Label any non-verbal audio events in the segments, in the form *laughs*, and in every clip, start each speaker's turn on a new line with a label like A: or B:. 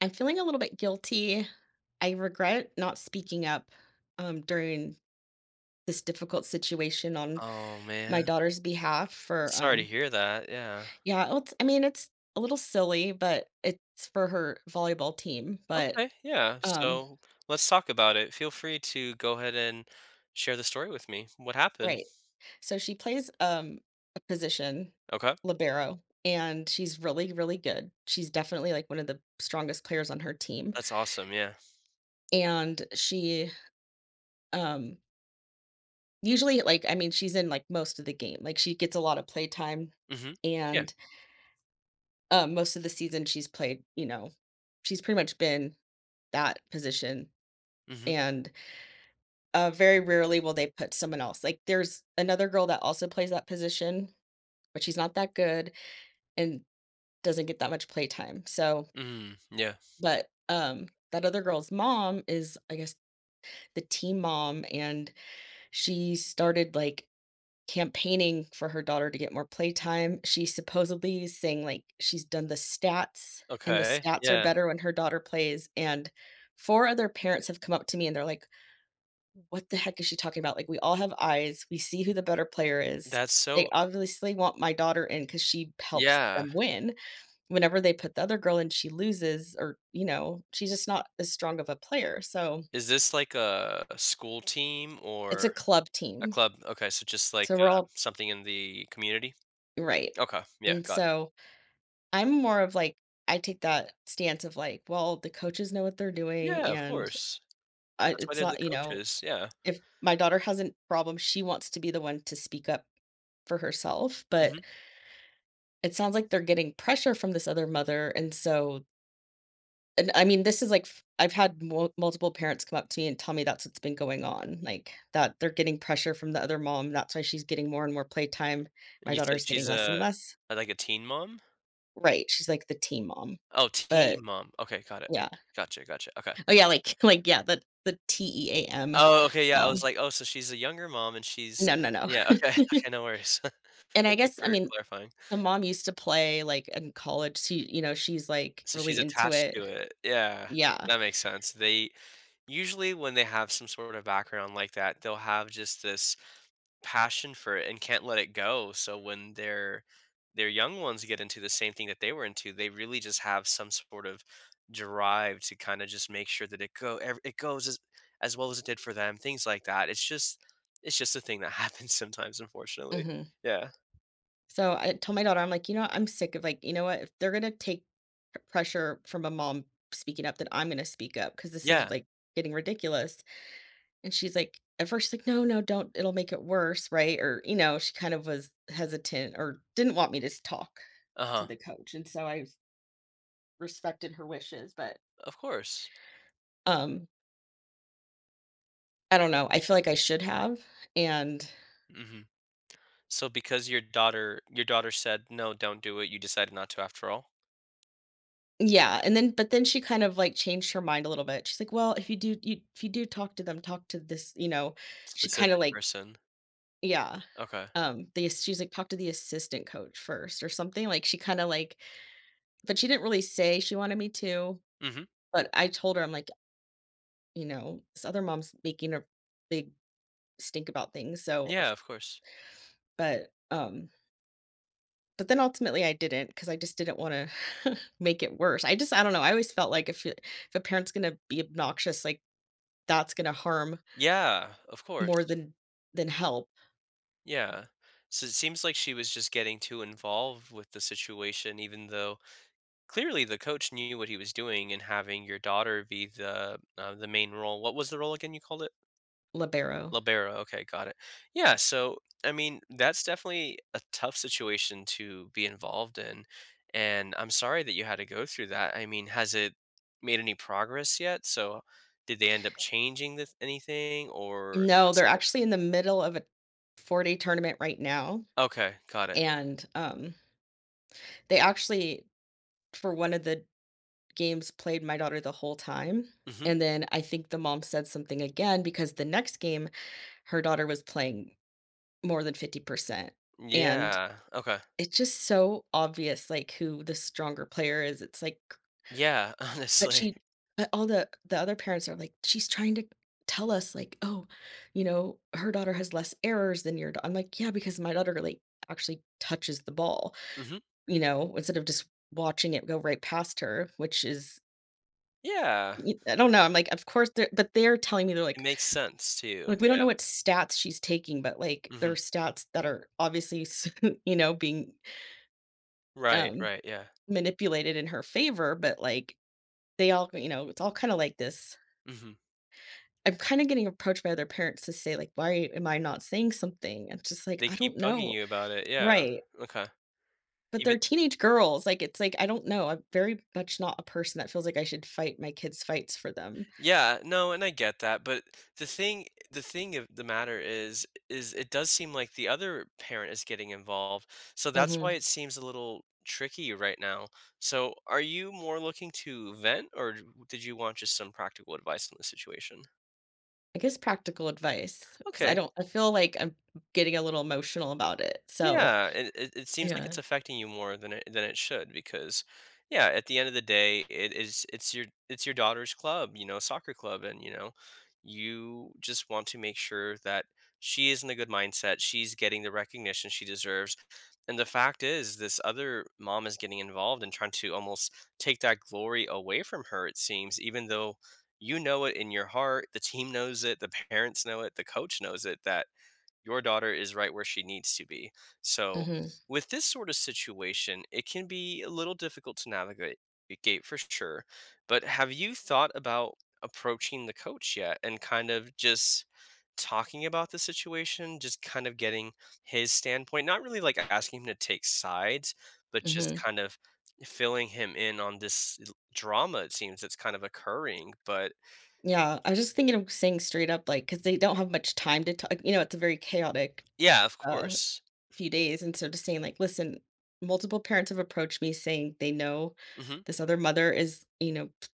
A: I'm feeling a little bit guilty. I regret not speaking up during this difficult situation on
B: Oh,
A: my
B: man.
A: daughter's behalf.
B: I'm
A: For
B: sorry to hear that. Yeah.
A: Yeah, well, I mean it's a little silly, but it's for her volleyball team. But
B: Okay. Yeah.
A: um,
B: So let's talk about it. Feel free to go ahead and share the story with me. What happened?
A: right, so she plays a position
B: Okay.
A: libero, and she's really good. She's definitely like one of the strongest players on her team,
B: That's awesome. Yeah.
A: and she um usually, like, I mean, she's in, like, most of the game, like, she gets a lot of playtime,
B: Mm-hmm. Yeah.
A: and, most of the season she's played, she's pretty much been that position,
B: Mm-hmm.
A: and, very rarely will they put someone else, like, there's another girl that also plays that position, but she's not that good and doesn't get that much playtime, so
B: Mm. Yeah.
A: that other girl's mom is, I guess, the team mom, and she started, like, campaigning for her daughter to get more playtime. She supposedly is saying, like, she's done the stats, and the
B: Okay.
A: stats are
B: Yeah.
A: better when her daughter plays, and 4 other parents have come up to me, and they're like, "What the heck is she talking about? Like, we all have eyes. We see who the better player is."
B: That's
A: They
B: so.
A: obviously want my daughter in because she helps
B: Yeah.
A: them win. Whenever they put the other girl in, she loses or, she's just not as strong of a player, so
B: Is this like a school team
A: it's a
B: or
A: club
B: a
A: team.
B: club? Okay. So just like
A: So we're all
B: something in the community.
A: right.
B: Okay. Yeah.
A: And
B: Got.
A: so I'm more of like I take that stance of like, well, the coaches know what they're
B: It.
A: doing,
B: Yeah. Of
A: and
B: course. That's why
A: it's
B: they're the
A: not, you know,
B: coaches. Yeah.
A: if my daughter has a problem, she wants to be the one to speak up for herself.
B: Mm-hmm.
A: But it sounds like they're getting pressure from this other mother, and so, and I mean, this is like I've had multiple parents come up to me and tell me that's what's been going on, like that they're getting pressure from the other mom. That's why she's getting more and more playtime.
B: And
A: My
B: you said
A: daughter's getting
B: she's
A: less and
B: a
A: less.
B: like a teen mom.
A: Right? She's like the team mom,
B: Oh, teen
A: but
B: mom. Okay, got it.
A: yeah.
B: Gotcha, gotcha. Okay.
A: Oh yeah, like yeah, the team
B: Oh, okay, yeah, I was
A: mom.
B: like, "Oh, so she's a younger mom and she's."
A: No, no, no.
B: Yeah,
A: *laughs*
B: okay, *laughs* okay, no worries. *laughs*
A: And I
B: Thank you
A: guess, I
B: for
A: mean,
B: clarifying.
A: the mom used to play, like, in college, she you know, she's, like,
B: So she's
A: really into
B: attached
A: it.
B: to it. Yeah,
A: Yeah.
B: that makes sense. They usually, when they have some sort of background like that, they'll have just this passion for it and can't let it go. So when their young ones get into the same thing that they were into, they really just have some sort of drive to kind of just make sure that it goes as well as it did for them. Things like that. It's just a thing that *laughs* happens sometimes, unfortunately.
A: Mhm.
B: Yeah.
A: So I told my daughter, I'm like, you know, I'm sick of like, you know what? If they're gonna take pressure from a mom speaking up, then I'm gonna speak up because this is
B: Yeah.
A: like getting ridiculous. And she's like, at first, she's like, no, no, don't. It'll make it worse, right? Or you know, she kind of was hesitant or didn't want me to talk
B: Uh
A: to
B: huh.
A: the coach, and so I respected her wishes, but
B: Of course.
A: um, I don't know. I feel like I should have, and
B: Hmm. So because your daughter said no, don't do it. You decided not to after all.
A: yeah, and then but then she kind of, like, changed her mind a little bit. She's like, "Well, if you do you if you do talk to them, talk to this" you know, she kinda,
B: Specific
A: like
B: person.
A: yeah.
B: Okay.
A: The ass She's like, "Talk to the assistant coach first," or something, like, she kinda, like but she didn't really say she wanted me to,
B: Hmm.
A: but I told her, I'm like, you know, "This other mom's making a big stink about things, so
B: Yeah.
A: if"
B: Of course.
A: but, um but then ultimately I didn't not because I just didn't wanna *laughs* make it worse. I just I don't know, I always felt like if you if a parent's gonna be obnoxious, like, that's gonna harm
B: Yeah. Of
A: more
B: course.
A: than help,
B: Yeah. So it seems like she was just getting too involved with the situation, even though clearly the coach knew what he was doing and having your daughter be the main role. What was the role again? You called it
A: libero.
B: libero. Okay, got it. Yeah. So I mean, that's definitely a tough situation to be involved in, and I'm sorry that you had to go through that. I mean, has it made any progress yet? So did they end up changing the, anything or?
A: No, they're actually in the middle of a 4-day day tournament right now,
B: Okay, got it.
A: and, they actually, for one of the games, played my daughter the whole time,
B: Hmm.
A: and then I think the mom said something again because the next game, her daughter was playing more than 50%, and
B: Yeah. Okay.
A: it's just so obvious, like, who the stronger player is, it's like
B: Yeah, *laughs*
A: but
B: honestly.
A: she but all the other parents are like, "She's trying to tell us, like oh, you know, her daughter has less errors than your da'" I'm like, "Yeah, because my daughter, like, actually touches the ball,
B: Mhm.
A: you know, instead of just watching it go right past her," which is
B: Yeah,
A: y I don't know, I'm like, "Of course they're" but they're telling me, they're
B: it makes sense too.
A: like, "We don't
B: Yeah.
A: know what stats she's taking," but, like, there
B: Mhm.
A: are stats that are obviously s *laughs* you know, being,
B: Right,
A: um,
B: right, yeah.
A: manipulated in her favor, but, like, they all you know, it's all kinda like this
B: Mhm.
A: I'm kind of getting approached by other parents to say like, "Why am I not saying something?" It's just like,
B: They
A: I don't
B: keep bugging
A: know.
B: you about it, yeah.
A: Right.
B: Okay.
A: But
B: Even,
A: they're teenage girls. Like, it's like, I don't know. I'm very much not a person that feels like I should fight my kids' fights for them.
B: yeah, no, and I get that, but the thing of the matter is it does seem like the other parent is getting involved, so that's why
A: Hmm.
B: it seems a little tricky right now. So, are you more looking to vent, or d did you want just some practical advice on the situation?
A: I guess practical advice because I
B: Okay.
A: don't, I feel like I'm getting a little emotional about it. So,
B: Yeah, it seems like
A: yeah.
B: it's affecting you more than it should because, yeah, at the end of the day, it is it's your daughter's club, you know, soccer club, and you know, you just want to make sure that she is in a good mindset, she's getting the recognition she deserves, and the fact is, this other mom is getting involved and trying to almost take that glory away from her. It seems, even though you know it in your heart, the team knows it, the parents know it, the coach knows it that your daughter is right where she needs to be. So,
A: Hmm.
B: with this sort of situation, it can be a little difficult to navigate gate for sure. But have you thought about approaching the coach yet and kind of just talking about the situation, just kind of getting his standpoint, not really like asking him to take sides, but just
A: Hmm.
B: kind of filling him in on this drama it seems that's kind of occurring. But
A: Yeah. I was just thinking of saying straight up, like, because they don't have much time to talk. You know, it's a very chaotic
B: yeah, of
A: uh,
B: course.
A: few days, and so just saying like, "Listen, multiple parents have approached me saying they know
B: Hmm.
A: this other mother is, you know, p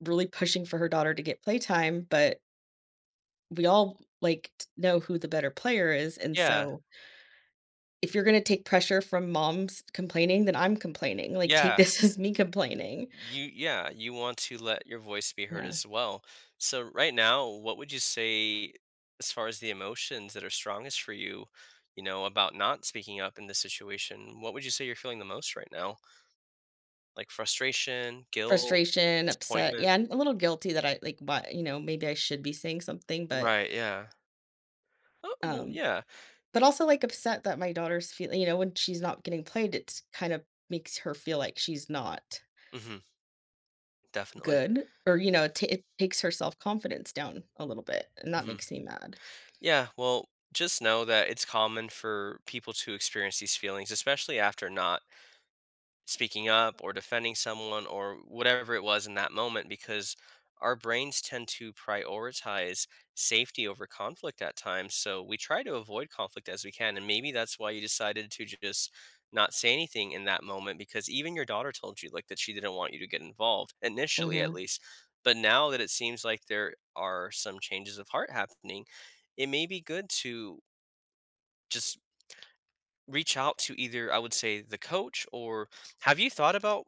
A: really pushing for her daughter to get playtime, but we all, like, t know who the better player is, and
B: Yeah.
A: so if you're gonna take pressure from moms complaining, then I'm complaining, like, take
B: Yeah.
A: this *laughs* as me complaining."
B: You want to let your voice be heard
A: Yeah.
B: as well. So right now, what would you say as far as the emotions that are strongest for you, you know, about not speaking up in this situation? What would you say you're feeling the most right now? Like frustration, guilt,
A: Frustration, upset,
B: disappointment?
A: yeah, and a little guilty that I like, what you know, maybe I should be saying something, but,
B: Right, yeah. Oh, well,
A: um
B: yeah.
A: But also, like, upset that my daughter's feel you know, when she's not getting played, it's kind of makes her feel like she's not
B: Mhm, definitely.
A: good or, you know, it takes her self-confidence down a little bit, and that
B: Mhm.
A: makes me mad.
B: Yeah, well, just know that it's common for people to experience these feelings, especially after not speaking up or defending someone or whatever it was in that moment because our brains tend to prioritize safety over conflict at times. So we try to avoid conflict as we can. And maybe that's why you decided to just not say anything in that moment because even your daughter told you like that she didn't want you to get involved initially at
A: Mhm.
B: least. But now that it seems like there are some changes of heart happening, it may be good to just reach out to either I would say the coach or have you thought about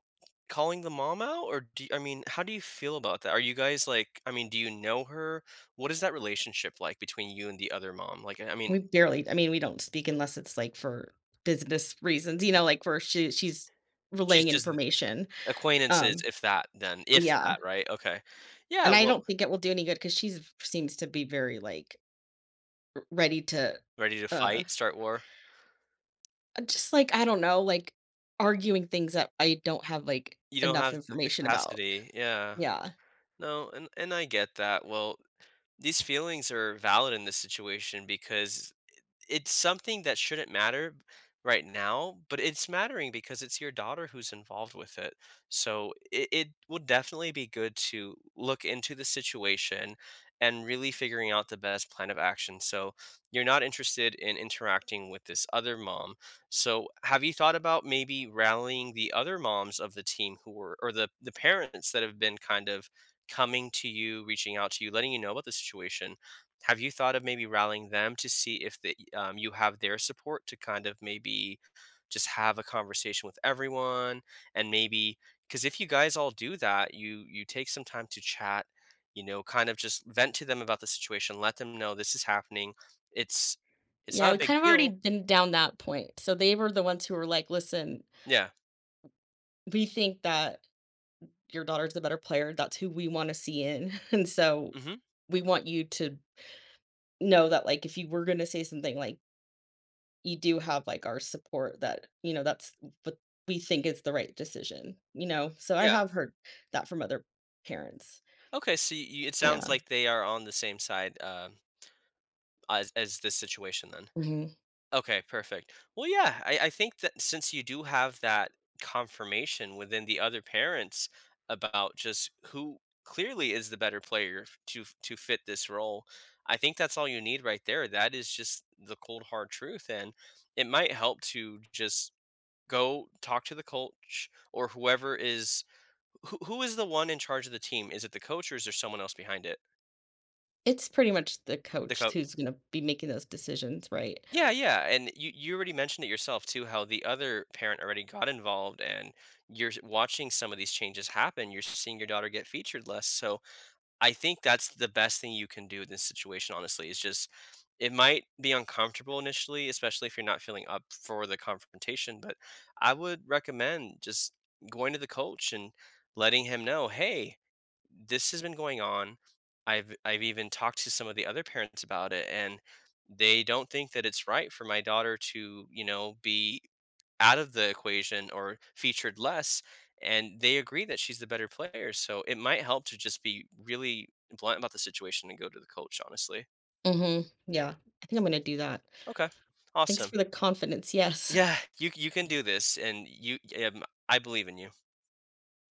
B: calling the mom out or do I mean how do you feel about that? Are you guys like I mean do you know her? What is that relationship like between you and the other mom? Like I mean
A: We barely I mean, we don't speak unless it's, like, for business reasons, you know, like, where she's
B: she's
A: relaying
B: just
A: information.
B: acquaintances
A: Um,
B: if that then if
A: yeah,
B: that right? Okay. Yeah,
A: and I
B: well,
A: don't think it will do any good because she's seems to be very, like, r ready to,
B: ready to
A: uh
B: fight, start war.
A: Just like, I don't know, like, arguing things that I don't have, like,
B: You don't
A: enough
B: have the
A: information about.
B: capacity. Yeah.
A: Yeah.
B: No, and I get that. Well, these feelings are valid in this situation because it's something that shouldn't matter right now, but it's mattering because it's your daughter who's involved with it. So it will definitely be good to look into the situation and really figuring out the best plan of action. So you're not interested in interacting with this other mom. So have you thought about maybe rallying the other moms of the team who were or the parents that have been kind of coming to you, reaching out to you, letting you know about the situation? Have you thought of maybe rallying them to see if the you have their support to kind of maybe just have a conversation with everyone and maybe because if you guys all do that, you take some time to chat, you know, kind of just vent to them about the situation, let them know this is happening. It's
A: Yeah,
B: not a
A: we
B: big
A: kind of already
B: deal.
A: been down that point. So they were the ones who were like, "Listen,
B: Yeah.
A: we think that your daughter's the better player. That's who we wanna see in, *laughs* and so
B: Hmm.
A: we want you to know that, like, if you were gonna say something, like, you do have, like, our support that, you know, that's what we think is the right decision, you know?" So I
B: Yeah.
A: have heard that from other parents.
B: Okay. So you, it sounds
A: Yeah.
B: like they are on the same side as this situation then.
A: Mhm.
B: Okay, perfect. Well, yeah, I think that since you do have that confirmation within the other parents about just who clearly is the better player to fit this role, I think that's all you need right there. That is just the cold hard truth, and it might help to just go talk to the coach or whoever is who is the one in charge of the team. Is it the coach or is there someone else behind it?
A: It's pretty much the
B: The
A: coach
B: coach.
A: who's gonna be making those decisions, right?
B: Yeah, yeah, and you already mentioned it yourself too, how the other parent already got involved, and you're watching some of these changes happen. You're seeing your daughter get featured less, so I think that's the best thing you can do in this situation. Honestly, is just it might be uncomfortable initially, especially if you're not feeling up for the confrontation. But I would recommend just going to the coach and letting him know, hey, this has been going on. I've even talked to some of the other parents about it and they don't think that it's right for my daughter to, you know, be out of the equation or featured less and they agree that she's the better player. So it might help to just be really blunt about the situation and go to the coach honestly.
A: Mhm. Yeah. I think I'm gonna do that.
B: Okay.
A: Thanks
B: Awesome.
A: for the confidence. Yes.
B: Yeah, you can do this and you um, I believe in you.